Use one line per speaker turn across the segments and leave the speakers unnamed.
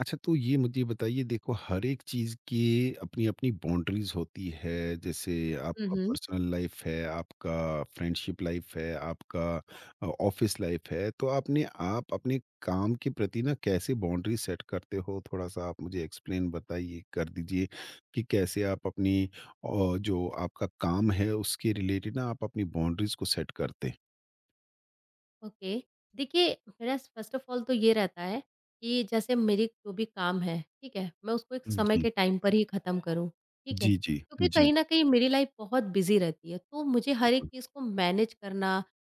अच्छा तो ये मुझे बताइए, देखो, हर एक चीज़ की अपनी-अपनी बाउंड्रीज़ होती है। जैसे
हुँ,
आपका
हुँ।
पर्सनल लाइफ़ है, आपका फ्रेंडशिप लाइफ़ है, आपका ऑफ़िस लाइफ़ है। तो आपने आप अपने काम के प्रति ना कैसे बाउंड्री सेट करते हो? थोड़ा-सा आप मुझे एक्सप्लेन बताइए कर दीजिए कि कैसे आप अपनी जो आपका काम है उसके रिलेटेड ना आप अपनी बाउंड्रीज़ को सेट करते हैं?
ओके। देखिए मेरा फर्स्ट ऑफ ऑल तो ये रहता है कि जैसे मेरी जो भी काम है, ठीक है? मैं उसको एक समय
जी।
के टाइम पर ही ख़त्म करूँ, ठीक है?
जी, जी।
क्योंकि
जी,
कहीं न कहीं मेरी लाइफ़ बहुत बिज़ी रहती है, तो मुझे हर एक
बिल्कुल।
चीज़ को मैनेज करना,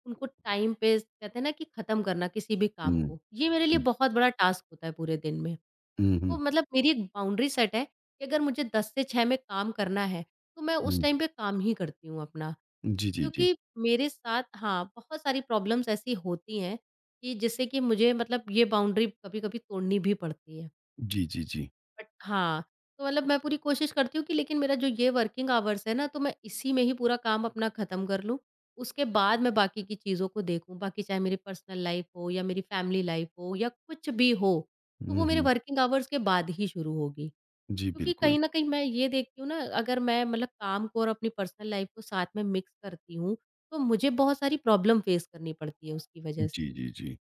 उनको टाइम पे कहते हैं ना कि ख़त्म करना किसी भी काम
हुँ,
को, ये मेरे लिए
हुँ।
बहुत बड़ा टास्क होता है पूरे दिन में।
हुँ,
तो
हुँ,
मतलब मेरी एक बाउंड्री सेट है कि अगर मुझे 10 से 6 में काम करना है, तो मैं उस
हुँ।
टाइम पे काम ही करती हूँ अपना।
जी, जी, जी।
क्योंकि मेरे साथ हाँ, बहुत सारी प्रॉब्लम्स ऐसी होती हैं कि जिससे कि मुझे मतलब ये बाउंड्री कभी-कभी तोड़नी भी पड़ती है।
जी, जी, जी।
बट हाँ, तो मतलब मैं पूरी कोशिश करती हूँ कि लेकिन मेरा जो ये वर्किंग आवर्स है ना, तो मैं इसी में ही पूरा काम अपना ख़त्म कर लूँ। उसके बाद मैं बाकी की चीज़ों को देखूँ, बाकी चाहे मेरी पर्सनल लाइफ़ हो या मेरी फैमिली लाइफ़ हो या कुछ भी हो, तो वो
हुँ,
मेरे
हुँ।
वर्किंग आवर्स के बाद ही शुरू होगी।
जी,
क्योंकि
बिल्कुल।
कहीं न कहीं मैं ये देखती हूँ ना अगर मैं मतलब काम को और अपनी पर्सनल लाइफ़ को साथ में मिक्स करती हूँ, तो मुझे बहुत सारी प्रॉब्लम फ़ेस करनी पड़ती है उसकी वजह
जी,
से।
जी, जी।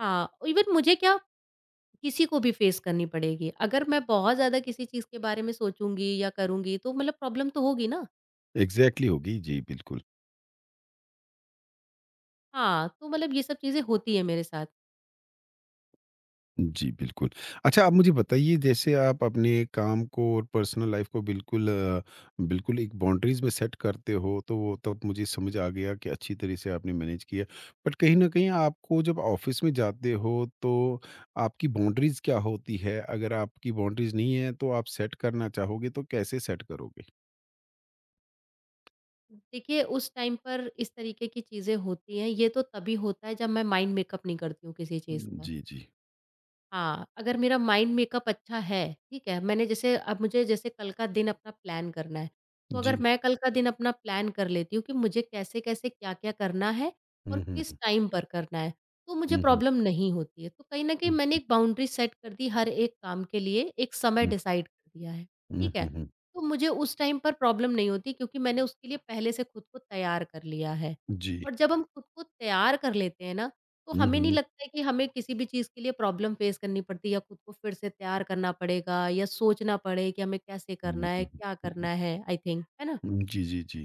हाँ, इवन मुझे क्या किसी को भी फ़ेस करनी पड़ेगी। अगर मैं बहुत ज़्यादा किसी चीज़ के बारे में सोचूँगी या करूँगी तो मतलब प्रॉब्लम तो होगी ना।
एग्ज़ैक्टली होगी। जी, बिल्कुल।
हाँ, तो मतलब ये सब चीज़ें होती हैं मेरे साथ।
जी, बिल्कुल। अच्छा, आप मुझे बताइए, जैसे आप अपने काम को और पर्सनल लाइफ़ को बिल्कुल बिल्कुल एक बाउंड्रीज़ में सेट करते हो, तो वो तब मुझे समझ आ गया कि अच्छी तरह से आपने मैनेज किया। बट कहीं न कहीं आपको जब ऑफ़िस में जाते हो तो आपकी बाउंड्रीज़ क्या होती है? अगर आपकी बाउंड्रीज़ नहीं है तो आप सेट करना चाहोगे, तो कैसे सेट करोगे?
देखिए उस टाइम पर इस तरीके की चीज़ें होती हैं, ये तो तभी होता है जब मैं माइंड मेकअप नहीं करती हूँ किसी चीज़ का।
जी, जी।
हाँ, अगर मेरा माइंड मेकअप अच्छा है, ठीक है, मैंने जैसे अब मुझे जैसे कल का दिन अपना प्लान करना है, तो अगर
जी।
मैं कल का दिन अपना प्लान कर लेती हूँ कि मुझे कैसे-कैसे, क्या-क्या करना है और
हुँ, हुँ,
किस
हुँ।
टाइम पर करना है, तो मुझे
हुँ, हुँ।
प्रॉब्लम नहीं होती है। तो कहीं न कहीं मैंने
जी।
एक बाउंड्री सेट कर दी हर एक काम के लिए, एक समय डिसाइड कर दिया है,
हुँ,
ठीक
हुँ,
है?
हुँ।
तो मुझे उस टाइम पर प्रॉब्लम नहीं होती क्योंकि मैंने उसके लिए पहले से खुद को तैयार कर लिया है।
जी।
और जब हम खुद को तैयार कर लेते हैं ना, तो
हुँ,
हमें नहीं
हुँ।
लगता है कि हमें किसी भी चीज़ के लिए प्रॉब्लम फेस करनी पड़ती है या खुद को फिर से तैयार करना पड़ेगा या सोचना पड़े कि हमें कैसे
हुँ,
करना है,
हुँ,
क्या
हुँ, हुँ।
करना है, आई थिंक, है ना?
जी, जी, जी।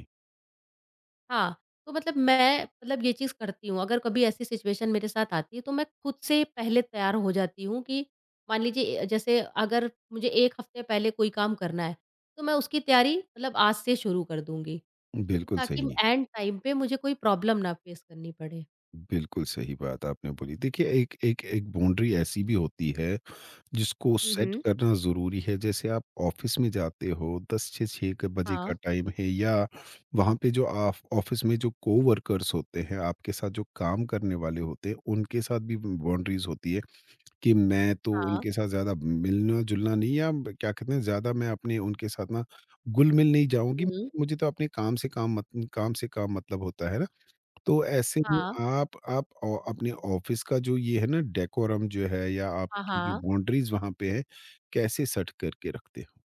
हाँ, तो मतलब मैं मतलब ये चीज़ करती हूँ। अगर कभी ऐसी सिचुएशन मेरे साथ आती है तो मैं खुद से पहले तैयार हो जाती हूँ कि मान लीजिए जैसे अगर मुझे 1 हफ्ते पहले कोई काम करना है, तो मैं उसकी तैयारी मतलब आज से शुरू कर दूँगी कि
बिल्कुल
ताकि
सही,
एंड टाइम पे मुझे कोई प्रॉब्लम ना फेस करनी पड़े।
बिल्कुल सही बात आपने बोली। देखिए, एक एक एक बाउंड्री ऐसी भी होती है, जिसको
हुँ,
सेट
हुँ।
करना ज़रूरी है। जैसे आप ऑफ़िस में जाते हो, 10 से 6 के बजे का
हाँ,
टाइम है, या वहाँ पे जो आप ऑफ़िस में जो कोवर्कर्स होते हैं, आपके साथ जो काम करने वाले होते हैं, उनके साथ भी ब बाउंड्रीज़ होती है। कि मैं तो
हाँ,
उनके साथ ज़्यादा मिलना-जुलना नहीं, या ब क्या कहते हैं, ज़्यादा मैं अपने उनके साथ ना घुल-मिल नहीं जाऊँगी।
हुँ,
मुझे तो अपने काम से काम मत काम से काम मतलब होता है ना। तो ऐसे में
हाँ।
आप औ अपने ऑफ़िस का जो ये है ना डेकोरम जो है, या
हाँ,
आपकी जो
हाँ।
बाउंड्रीज़ वहाँ पे है, कैसे सेट करके रखते हो?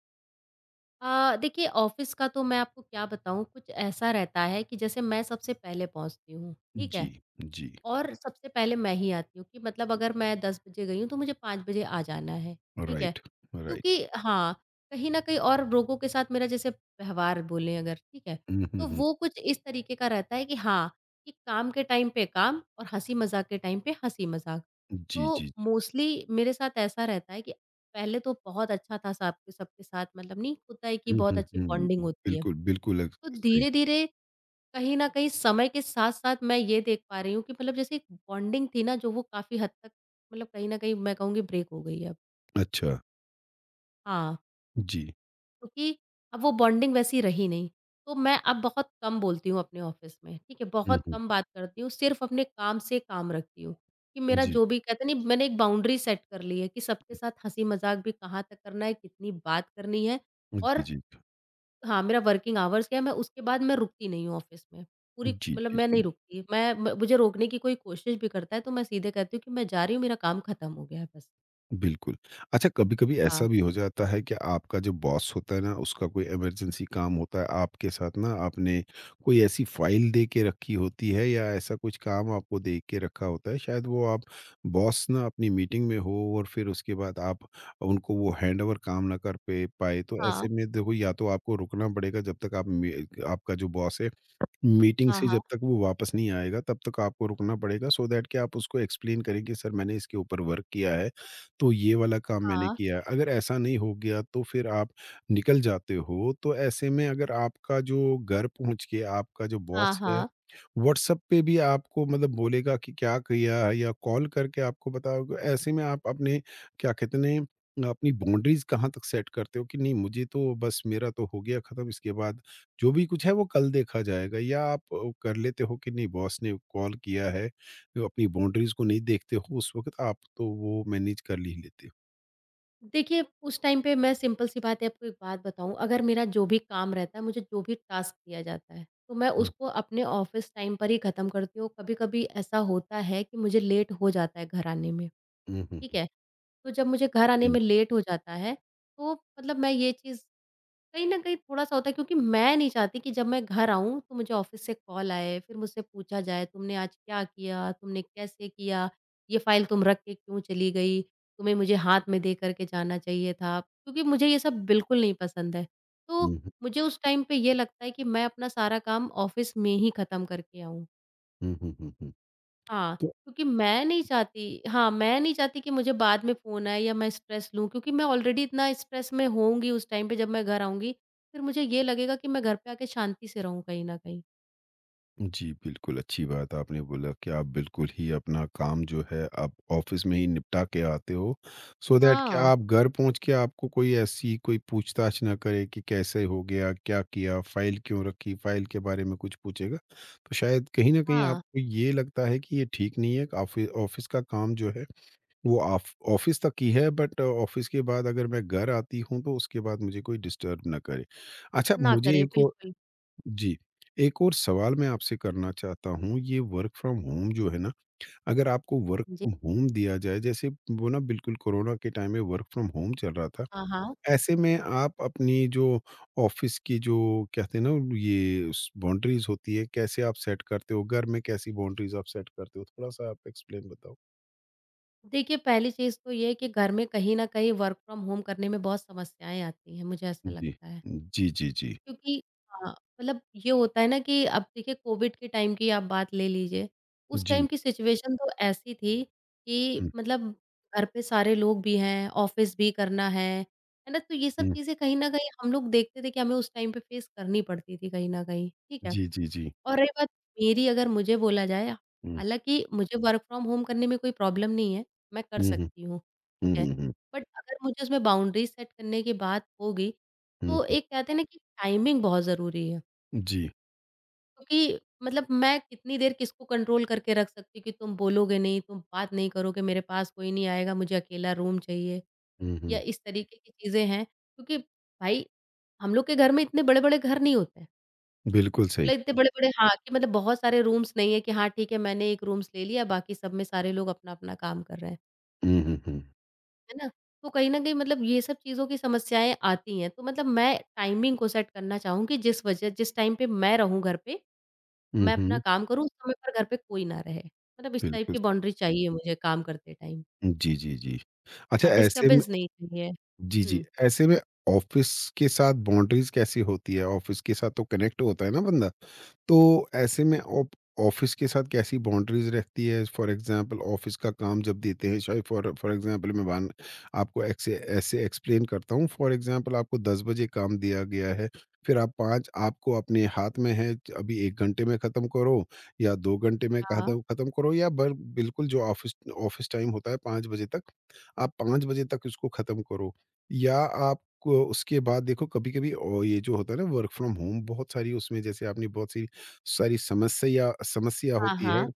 देखिए ऑफ़िस का तो मैं आपको क्या बताऊँ कुछ ऐसा रहता है कि जैसे मैं सबसे पहले पहुँचती हूँ, ठीक
जी,
है?
जी।
और सबसे पहले मैं ही आती हूँ कि मतलब अगर मैं 10 बजे गई हूँ तो मुझे 5 बजे आ जाना है, ठीक है?
Right, right.
क्योंकि हाँ, कहीं न कहीं और लोगों के साथ मेरा जैसे व्यवहार बोलें अगर, ठीक है?
हुँ, हुँ,
तो
हुँ।
वो कुछ इस तरीके का रहता है कि हाँ, कि काम के टाइम पे काम और हँसी-मज़ाक के टाइम पे हँसी-मज़ाक।
जी,
तो
जी, जी।
मोस्टली मेरे साथ ऐसा रहता है कि पहले तो बहुत अच्छा था साब सबके साथ मतलब नहीं होता है कि
हुँ,
बहुत
हुँ,
अच्छी
हुँ।
बॉन्डिंग होती है।
बिल्कुल,
तो
सही।
धीरे-धीरे कहीं न कहीं समय के साथ-साथ मैं ये देख पा रही हूँ कि मतलब जैसे एक बॉन्डिंग थी ना जो वो काफ़ी हद तक मतलब कहीं न कहीं मैं कहूँगी ब्रेक हो गई है अब।
अच्छा।
हाँ,
जी।
क्योंकि अब वो बॉन्डिंग वैसी रही नहीं। तो मैं अब बहुत कम बोलती हूँ अपने ऑफ़िस में, ठीक है?
हुँ,
बहुत
हुँ।
कम बात करती हूँ, सिर्फ़ अपने काम से काम रखती हूँ कि मेरा
जी।
जो भी कहते नहीं मैंने एक बाउंड्री सेट कर ली है कि सबके साथ हँसी-मज़ाक भी कहाँ तक करना है, कितनी बात करनी है
जी,
और
जी।
हाँ, मेरा वर्किंग आवर्स क्या है, मैं उसके बाद मैं रुकती नहीं हूँ ऑफ़िस में। पूरी
जी,
मतलब
जी, जी।
मैं
जी,
नहीं रुकती। मैं म मुझे रोकने की कोई कोशिश भी करता है, तो मैं सीधे कहती हूँ कि मैं जा रही हूँ, मेरा काम ख़त्म हो गया है बस।
बिल्कुल। अच्छा, कभी-कभी
हाँ,
ऐसा भी हो जाता है कि आपका जो बॉस होता है ना, उसका कोई इमरजेंसी काम होता है, आपके साथ ना आपने कोई ऐसी फाइल दे के रखी होती है, या ऐसा कुछ काम आपको दे के रखा होता है, शायद वो आप बॉस ना अपनी मीटिंग में हो, और फिर उसके बाद आप उनको वो हैंडओवर काम ना कर पे पाए। तो
हाँ,
ऐसे में देखो, या तो आपको रुकना पड़ेगा जब तक आप में आपका जो बॉस है मीटिंग
हाँ,
से
हाँ,
जब तक वो वापस नहीं आएगा तब तक आपको रुकना पड़ेगा, सो दैट कि आप उसको एक्सप्लेन करें कि सर, मैंने इसके ऊपर वर्क किया है, तो ये वाला काम मैंने
हाँ,
किया है। अगर ऐसा नहीं हो गया तो फिर आप निकल जाते हो। तो ऐसे में अगर आपका जो घर पहुंच के आपका जो
हाँ,
बॉस है
हाँ।
व्हाट्सएप पे भी आपको मतलब बोलेगा कि क्या किया है, या कॉल करके आपको बताओगे, ऐसे में आप अपने क्या कहते हैं अपनी बाउंड्रीज कहाँ तक सेट करते हो कि नहीं, मुझे तो बस मेरा तो हो गया खत्म, इसके बाद जो भी कुछ है वो कल देखा जाएगा, या आप कर लेते हो कि नहीं, बॉस ने कॉल किया है तो अपनी बाउंड्रीज को नहीं देखते हो उस वक्त आप, तो वो मैनेज कर ही लेते हो?
देखिए, उस टाइम पे मैं सिंपल-सी बात है, आपको एक बात बताऊँ, अगर मेरा जो भी काम रहता है, मुझे जो भी टास्क दिया जाता है, तो मैं
हम्म,
उसको अपने ऑफ़िस टाइम पर ही ख़त्म करती हूँ। कभी-कभी ऐसा होता है कि मुझे लेट हो जाता है घर आने में,
हम्म, हम्म,
ठीक
हम्म,
है? तो जब मुझे घर आने
जी
में लेट हो जाता है, तो मतलब मैं ये चीज़ कहीं न कहीं थोड़ा-सा होता है क्योंकि मैं नहीं चाहती कि जब मैं घर आऊँ तो मुझे ऑफ़िस से कॉल आए, फिर मुझसे पूछा जाए तुमने आज क्या किया? तुमने कैसे किया? ये फ़ाइल तुम रख के क्यों चली गई? तुम्हें मुझे हाथ में दे कर के जाना चाहिए था। क्योंकि मुझे ये सब बिल्कुल नहीं पसंद है। तो
हम्म,
मुझे उस टाइम पे ये लगता है कि मैं अपना सारा काम ऑफ़िस में ही ख़त्म करके आऊँ।
हम्म, हम्म, हम्म, हम्म।
हाँ, क्योंकि मैं नहीं चाहती हाँ, मैं नहीं चाहती कि मुझे बाद में फ़ोन आए या मैं स्ट्रेस लूँ क्योंकि मैं ऑलरेडी इतना स्ट्रेस में होऊँगी उस टाइम पे जब मैं घर आऊँगी, फिर मुझे ये लगेगा कि मैं घर पे आके शांति से रहूँ कहीं न कहीं।
जी, बिल्कुल, अच्छी बात आपने बोला कि आप बिल्कुल ही अपना काम जो है आप ऑफ़िस में ही निपटा के आते हो, सो दैट कि
हाँ,
आप घर पहुँच के आपको कोई ऐसी कोई पूछताछ ना करे कि कैसे हो गया, क्या किया, फ़ाइल क्यों रखी, फ़ाइल के बारे में कुछ पूछेगा। तो शायद कहीं न कहीं
हाँ,
आपको ये लगता है कि ये ठीक नहीं है, ऑफ़िस का काम जो है वो आफ ऑफ़िस तक ही है, बट ऑफ़िस के बाद अगर मैं घर आती हूँ तो उसके बाद मुझे कोई डिस्टर्ब ना करे। अच्छा,
ना
मुझे
करें
एक और
बिल्कुल।
जी। एक और सवाल मैं आपसे करना चाहता हूँ, ये वर्क फ्रॉम होम जो है ना, अगर आपको वर्क
जी,
फ्रॉम होम दिया जाए, जैसे वो ना बिल्कुल कोरोना के टाइम में वर्क फ्रॉम होम चल रहा था,
हाँ, हाँ।
ऐसे में आप अपनी जो ऑफ़िस की जो कहते हैं ना ये स बाउंड्रीज़ होती है, कैसे आप सेट करते हो? घर में कैसी बाउंड्रीज़ आप सेट करते हो? थोड़ा-सा आप एक्सप्लेन बताओ?
देखिए पहली चीज़ तो ये है कि घर में कहीं न कहीं वर्क फ्रॉम होम करने में बहुत समस्याएँ आती हैं, मुझे ऐसा
जी।
लगता है।
जी, जी, जी।
क्योंकि हाँ, मतलब ये होता है ना कि अब देखिए कोविड के टाइम की आप बात ले लीजिए। उस
जी।
टाइम की सिचुएशन तो ऐसी थी कि
हुँ,
मतलब घर पे सारे लोग भी हैं, ऑफ़िस भी करना है ना? तो ये सब
हुँ।
चीज़ें कहीं न कहीं हम लोग देखते थे कि हमें उस टाइम पे फ़ेस करनी पड़ती थी कहीं न कहीं, ठीक है?
जी, जी, जी।
और रही बात मेरी अगर मुझे बोला जाए,
हुँ।
हालाँकि मुझे वर्क फ्रॉम होम करने में कोई प्रॉब्लम नहीं है, मैं कर
हुँ, हुँ।
सकती हूँ,
हुँ,
ठीक है।
हुँ, हुँ।
बट अगर मुझे उसमें बाउंड्रीज़ सेट करने की बात होगी,
हुँ,
तो
हुँ।
एक कहते हैं ना कि टाइमिंग बहुत ज़रूरी है,
जी।
क्योंकि मतलब मैं कितनी देर किसको कंट्रोल करके रख सकती हूँ कि तुम बोलोगे नहीं, तुम बात नहीं करोगे, मेरे पास कोई नहीं आएगा, मुझे अकेला रूम चाहिए
हुँ,
या
हुँ।
इस तरीके की चीज़ें हैं। क्योंकि भाई, हम लोग के घर में इतने बड़े-बड़े घर नहीं होते हैं।
बिल्कुल सही।
मतलब इतने बड़े-बड़े हाँ, कि मतलब बहुत सारे रूम्स नहीं है कि हाँ, ठीक है मैंने एक रूम्स ले लिया बाकी सब में सारे लोग अपना-अपना काम कर रहे हैं,
हुँ, हुँ, हुँ।
है ना? तो कहीं न कहीं मतलब ये सब चीज़ों की समस्याएँ आती हैं, तो मतलब मैं टाइमिंग को सेट करना चाहूँगी जिस वजह जिस टाइम पे मैं रहूँ घर पे,
हुँ,
मैं अपना
हुँ।
काम करूँ, उस समय पर घर पे कोई ना रहे। मतलब इस टाइप
बिल्कुल।
की बाउंड्री चाहिए मुझे काम करते टाइम।
जी, जी, जी। अच्छा
हाँ,
ऐसे में
डिस्टर्बेंस नहीं चाहिए।
जी, जी।
हुँ,
ऐसे में ऑफ़िस के साथ बाउंड्रीज़ कैसी होती है? ऑफ़िस के साथ तो कनेक्ट होता है ना बंदा। तो ऐसे में ऑप ऑफ़िस के साथ कैसी बाउंड्रीज़ रहती है? फॉर एग्ज़ाम्पल ऑफ़िस का काम जब देते हैं, शायद फॉर फॉर एग्ज़ाम्पल, मैं वन आपको ऐसे ऐसे एक्सप्लेन करता हूँ। फॉर एग्ज़ाम्पल आपको 10 बजे काम दिया गया है, फिर आप 5 आपको अपने हाथ में है, अभी 1 घंटे में ख़त्म करो, या 2 घंटे में
हाँ।
ख़त्म ख़त्म करो या बर बिल्कुल जो ऑफ़िस ऑफ़िस टाइम होता है 5 बजे तक, आप 5 बजे तक इसको ख़त्म करो। या आप को उसके बाद देखो, कभी-कभी ओ ये जो होता है ना वर्क फ्रॉम होम, बहुत सारी उसमें जैसे आपने बहुत सी सारी समस्या समस्या
हाँ,
होती है।
हाँ।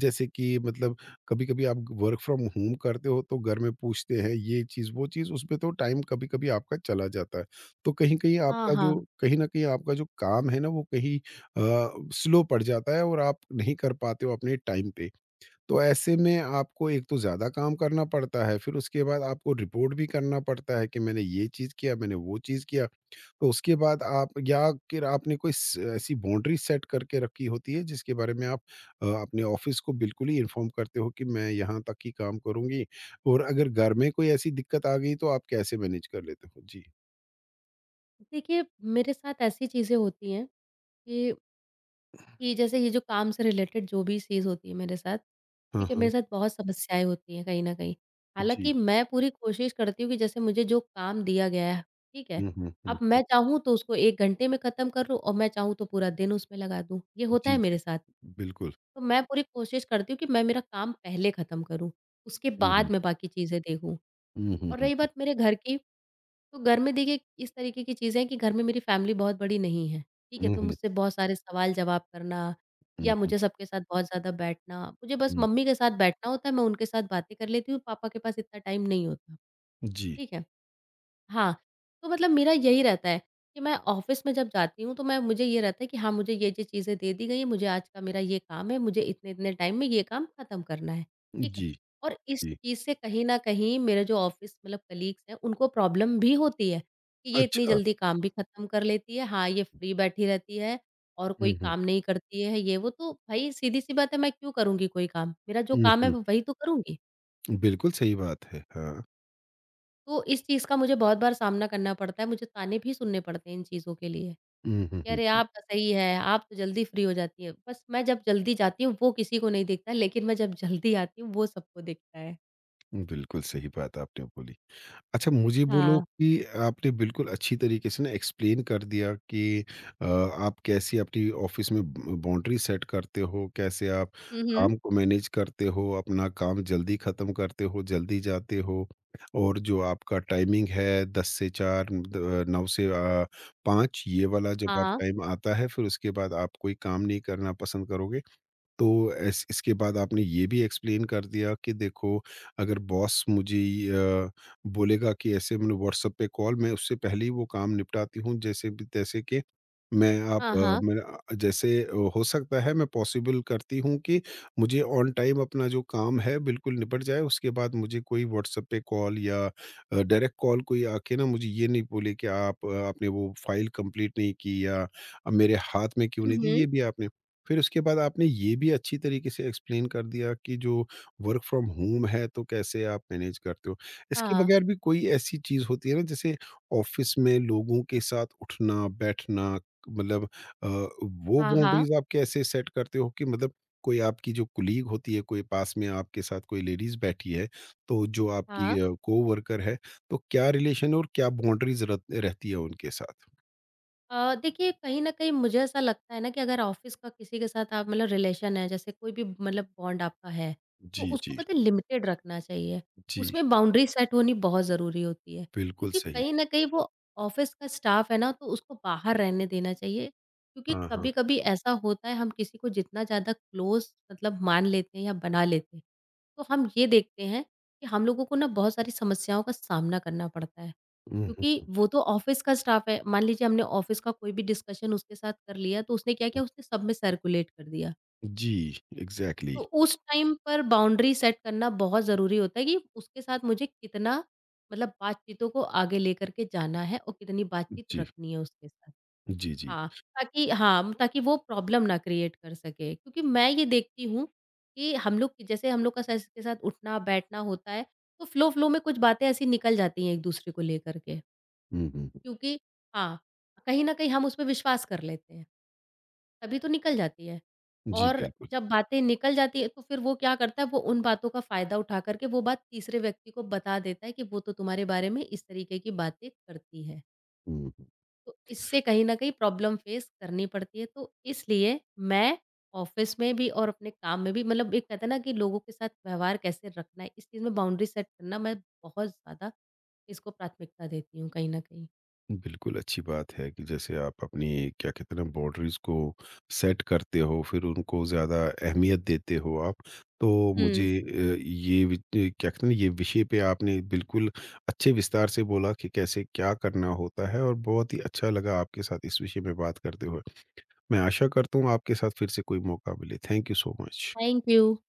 जैसे कि मतलब कभी-कभी आप वर्क फ्रॉम होम करते हो तो घर में पूछते हैं ये चीज़, वो चीज़, उसमें तो टाइम कभी-कभी आपका चला जाता है। तो कहीं-कहीं
हाँ,
आपका जो
हाँ।
कहीं न कहीं आपका जो काम है ना वो कहीं स्लो पड़ जाता है, और आप नहीं कर पाते हो अपने टाइम पे। तो ऐसे में आपको एक तो ज़्यादा काम करना पड़ता है, फिर उसके बाद आपको रिपोर्ट भी करना पड़ता है कि मैंने ये चीज़ किया, मैंने वो चीज़ किया। तो उसके बाद आप, या फिर आपने कोई स ऐसी बाउंड्री सेट करके रखी होती है जिसके बारे में आप अपने ऑफ़िस को बिल्कुल ही इन्फॉर्म करते हो कि मैं यहाँ तक ही काम करूँगी, और अगर घर में कोई ऐसी दिक्कत आ गई तो आप कैसे मैनेज कर लेते हो? जी।
देखिए, मेरे साथ ऐसी चीज़ें होती हैं कि जैसे ये जो काम से रिलेटेड जो भी चीज़ होती है मेरे साथ,
हाँ,
ठीक है,
हाँ।
मेरे साथ बहुत समस्याएँ होती हैं कहीं न कहीं।
जी।
हालाँकि मैं पूरी कोशिश करती हूँ कि जैसे मुझे जो काम दिया गया है, ठीक है,
हुँ, हुँ, हुँ,
अब
हुँ।
मैं चाहूँ तो उसको 1 घंटे में ख़त्म कर लूँ और मैं चाहूँ तो पूरा दिन उसमें लगा दूँ, ये होता
जी,
है
जी।
मेरे साथ।
बिल्कुल।
तो मैं पूरी कोशिश करती हूँ कि मैं मेरा काम पहले ख़त्म करूँ, उसके
हुँ,
बाद
हुँ।
मैं बाकी चीज़ें देखूँ।
हुँ, हुँ,
और रही
हुँ।
बात मेरे घर की तो घर में देखिए इस तरीके की चीज़ें हैं कि घर में मेरी फैमिली बहुत बड़ी नहीं है, ठीक है?
हुँ,
तो
हुँ।
मुझसे बहुत सारे सवाल-जवाब करना
हुँ,
या
हुँ।
मुझे सबके साथ बहुत ज़्यादा बैठना, मुझे बस
हुँ।
मम्मी के साथ बैठना होता है, मैं उनके साथ बातें कर लेती हूँ, पापा के पास इतना टाइम नहीं होता,
जी।
ठीक है? हाँ, तो मतलब मेरा यही रहता है कि मैं ऑफ़िस में जब जाती हूँ, तो मैं मुझे ये रहता है कि हाँ, मुझे ये-ये चीज़ें दे दी गई हैं, मुझे आज का मेरा ये काम है, मुझे इतने-इतने टाइम में ये काम खत्म करना है, ठीक है?
जी।
और इस
जी,
चीज़ से कहीं न कहीं मेरे जो ऑफ़िस मतलब कलीग्स हैं, उनको प्रॉब्लम भी होती है कि ये इतनी
अच्छा।
जल्दी काम भी खत्म कर लेती है। हाँ, ये फ्री बैठी रहती है और कोई
हुँ, हुँ।
काम नहीं करती है, ये वो। तो भई सीधी-सी बात है, मैं क्यों करूँगी कोई काम? मेरा जो
हुँ,
काम है,
हुँ।
मैं वही तो करूँगी।
बिल्कुल सही बात है। हाँ।
तो इस चीज़ का मुझे बहुत बार सामना करना पड़ता है, मुझे ताने भी सुनने पड़ते हैं इन चीज़ों के लिए,
हुँ, हुँ,
कि
हुँ,
अरे
हुँ।
आप तो सही है, आप तो जल्दी फ्री हो जाती है। बस मैं जब जल्दी जाती हूँ वो किसी को नहीं दिखता, लेकिन मैं जब जल्दी आती हूँ वो सबको दिखता है।
बिल्कुल सही बात आपने बोली। अच्छा, मुझे बोलो
हाँ।
कि आपने बिल्कुल अच्छी तरीके से ना एक्सप्लेन कर दिया कि आप कैसे अपनी ऑफिस में बाउंड्री सेट करते हो, कैसे आप
हुँ, हुँ।
काम को मैनेज करते हो, अपना काम जल्दी ख़त्म करते हो, जल्दी जाते हो, और जो आपका टाइमिंग है 10 से 4 द 9 से 5, ये वाला जब आप
हाँ।
टाइम आता है, फिर उसके बाद आप कोई काम नहीं करना पसंद करोगे। तो इस इसके बाद आपने ये भी एक्सप्लेन कर दिया कि देखो, अगर बॉस मुझे ये, अ, बोलेगा कि ऐसे, मैंने व्हाट्सएप पे कॉल, मैं उससे पहले ही वो काम निपटाती हूँ जैसे भी तैसे कि मैं आप
हाँ, हाँ।
मेरा जैसे हो सकता है, मैं पॉसिबल करती हूँ कि मुझे ऑन टाइम अपना जो काम है बिल्कुल निपट जाए, उसके बाद मुझे कोई व्हाट्सएप पे कॉल या डायरेक्ट कॉल कोई आके ना मुझे ये नहीं बोले कि आप आपने वो फाइल कंप्लीट नहीं की, या मेरे हाथ में क्यों
हुँ,
नहीं दी,
हुँ।
ये भी आपने फिर उसके बाद आपने ये भी अच्छी तरीके से एक्सप्लेन कर दिया कि जो वर्क फ्रॉम होम है तो कैसे आप मैनेज करते हो। इसके
हाँ।
बगैर भी कोई ऐसी चीज़ होती है ना जैसे ऑफ़िस में लोगों के साथ उठना, बैठना, मतलब वो
हाँ, हाँ।
बाउंड्रीज़ आप कैसे सेट करते हो कि मतलब कोई आपकी जो कलीग होती है, कोई पास में आपके साथ कोई लेडीज़ बैठी है, तो जो आपकी
हाँ।
कोवर्कर है, तो क्या रिलेशन और क्या बाउंड्रीज़ रत रहती है उनके साथ?
देखिए कहीं न कहीं मुझे ऐसा लगता है ना कि अगर ऑफ़िस का किसी के साथ आप मतलब रिलेशन है जैसे कोई भी मतलब बॉन्ड आपका है, तो
जी,
उसको
जी।
पता है लिमिटेड रखना चाहिए।
जी,
उसमें बाउंड्री सेट होनी बहुत ज़रूरी होती है,
बिल्कुल
क्योंकि
सही।
कहीं न कहीं वो ऑफ़िस का स्टाफ़ है ना तो उसको बाहर रहने देना चाहिए। क्योंकि
हाँ, हाँ।
कभी-कभी ऐसा होता है हम किसी को जितना ज़्यादा क्लोज़ मतलब मान लेते हैं या बना लेते हैं, तो हम ये देखते हैं कि हम लोगों को ना बहुत सारी समस्याओं का सामना करना पड़ता है।
हुँ, हुँ,
क्योंकि वो तो ऑफ़िस का स्टाफ है, मान लीजिए हमने ऑफ़िस का कोई भी डिस्कशन उसके साथ कर लिया, तो उसने क्या
हुँ।
किया, उसने सब में सर्कुलेट कर दिया।
जी, एग्ज़ैक्टली।
तो उस टाइम पर बाउंड्री सेट करना बहुत ज़रूरी होता है कि उसके साथ मुझे कितना मतलब बातचीतों को आगे लेकर के जाना है और कितनी बातचीत
जी,
रखनी है उसके साथ।
जी, जी।
हाँ, हाँ, ताकि वो प्रॉब्लम ना क्रिएट कर सके। क्योंकि मैं ये देखती हूँ कि हम लोग का सर के साथ उठना-बैठना होता है, तो फ़्लो-फ़्लो में कुछ बातें ऐसी निकल जाती हैं एक-दूसरे को लेकर के।
हुँ, हुँ।
क्योंकि हाँ, कहीं न कहीं हम उसपे विश्वास कर लेते हैं। तभी तो निकल जाती है
जी,
और
बिल्कुल।
जब बातें निकल जाती है तो फिर वो क्या करता है वो उन बातों का फ़ायदा उठा कर के वो बात तीसरे व्यक्ति को बता देता है कि वो तो तुम्हारे बारे में इस तरीके की बातें करती है।
हुँ, हुँ।
तो इससे कहीं न कहीं प्रॉब्लम फ़ेस करनी पड़ती है। तो इसलिए मैं ऑफ़िस में भी और अपने काम में भी मतलब एक कहते हैं ना कि लोगों के साथ व्यवहार कैसे रखना है, इस चीज़ में बाउंड्री सेट करना मैं बहुत ज़्यादा इसको प्राथमिकता देती हूँ कहीं न कहीं।
बिल्कुल अच्छी बात है कि जैसे आप अपनी क्या कहते हैं ना बाउंड्रीज़ को सेट करते हो, फिर उनको ज़्यादा अहमियत देते हो आप। तो मुझे
हुँ।
क्या कहते हैं ना, ये विषय पे आपने बिल्कुल अच्छे विस्तार से बोला कि कैसे क्या करना होता है, और बहुत ही अच्छा लगा आपके साथ इस विषय में बात करते हुए। मैं आशा करता हूँ आपके साथ फिर से कोई मौका मिले। Thank you so much.
Thank you.